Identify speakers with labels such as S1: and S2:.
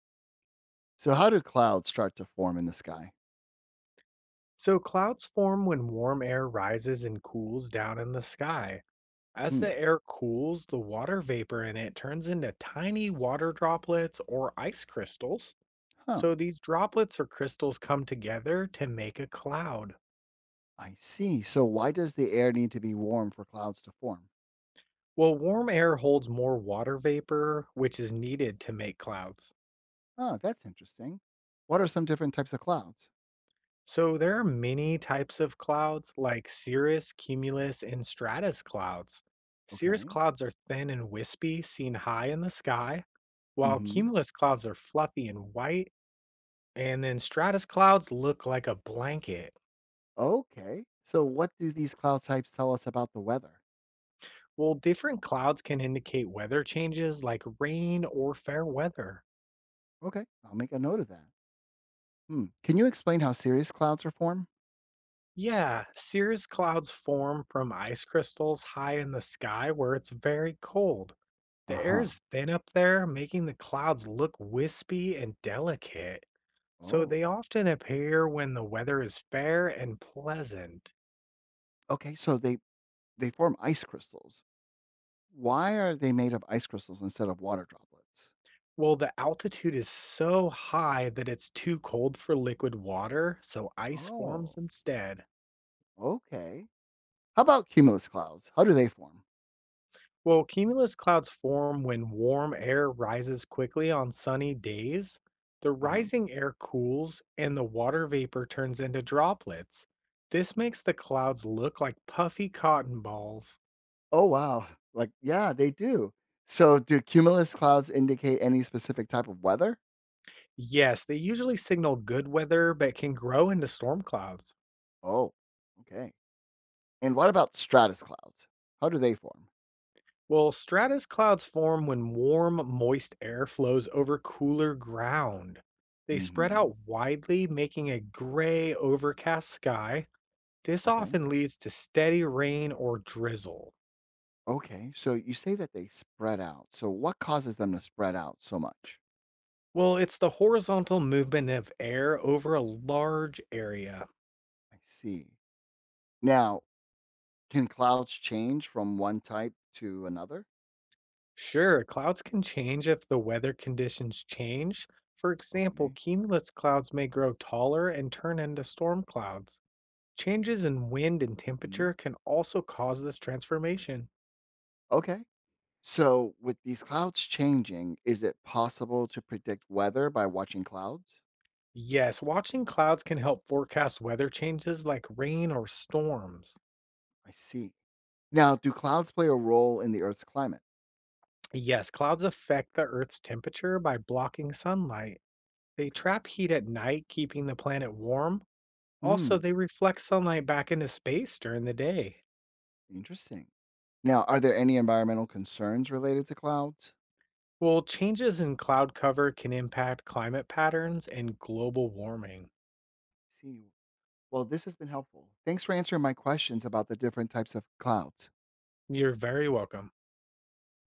S1: So, how do clouds start to form in the sky?
S2: So clouds form when warm air rises and cools down in the sky. As
S1: Hmm.
S2: the air cools, the water vapor in it turns into tiny water droplets or ice crystals.
S1: Huh.
S2: So these droplets or crystals come together to make a cloud.
S1: I see. So, why does the air need to be warm for clouds to form?
S2: Well, warm air holds more water vapor, which is needed to make clouds.
S1: Huh. That's interesting. What are some different types of clouds?
S2: So there are many types of clouds, like cirrus, cumulus, and stratus clouds. Cirrus
S1: Okay.
S2: clouds are thin and wispy, seen high in the sky.
S1: Mm
S2: While
S1: hmm.
S2: cumulus clouds are fluffy and white, and then stratus clouds look like a blanket.
S1: Okay. So, what do these cloud types tell us about the weather?
S2: Well, different clouds can indicate weather changes like rain or fair weather.
S1: Okay. I'll make a note of that. Hmm. Can you explain how cirrus clouds are formed?
S2: Yeah, cirrus clouds form from ice crystals high in the sky where it's very cold.
S1: Uh
S2: The air
S1: huh.
S2: is thin up there, making the clouds look wispy and delicate. So
S1: Oh.
S2: they often appear when the weather is fair and pleasant.
S1: Okay. So they form ice crystals. Why are they made of ice crystals instead of water droplets?
S2: Well, the altitude is so high that it's too cold for liquid water, so ice forms
S1: Oh.
S2: instead.
S1: Okay. How about cumulus clouds? How do they form?
S2: Well, cumulus clouds form when warm air rises quickly on sunny days. The
S1: Uh-huh.
S2: rising air cools and the water vapor turns into droplets. This makes the clouds look like puffy cotton balls.
S1: Oh, wow. Like, yeah, they do. So, do cumulus clouds indicate any specific type of weather?
S2: Yes, they usually signal good weather but can grow into storm clouds.
S1: Oh, okay. And what about stratus clouds? How do they form?
S2: Well, stratus clouds form when warm, moist air flows over cooler ground. They spread
S1: Hmm.
S2: out widely, making a gray, overcast sky. This
S1: Okay.
S2: often leads to steady rain or drizzle.
S1: Okay. So, you say that they spread out. So, what causes them to spread out so much?
S2: Well, it's the horizontal movement of air over a large area.
S1: I see. Now, can clouds change from one type to another?
S2: Sure, clouds can change if the weather conditions change. For example,
S1: Okay.
S2: cumulus clouds may grow taller and turn into storm clouds. Changes in wind and temperature
S1: Hmm.
S2: can also cause this transformation.
S1: Okay. So, with these clouds changing, is it possible to predict weather by watching clouds?
S2: Yes, watching clouds can help forecast weather changes like rain or storms.
S1: I see. Now, do clouds play a role in the Earth's climate?
S2: Yes, clouds affect the Earth's temperature by blocking sunlight. They
S1: Okay.
S2: trap heat at night, keeping the planet warm. Also,
S1: Hmm.
S2: they reflect sunlight back into space during the day.
S1: Interesting. Now, are there any environmental concerns related to clouds?
S2: Well, changes in cloud cover can impact climate patterns and global warming.
S1: See. Well, this has been helpful. Thanks for answering my questions about the different types of clouds.
S2: You're very welcome.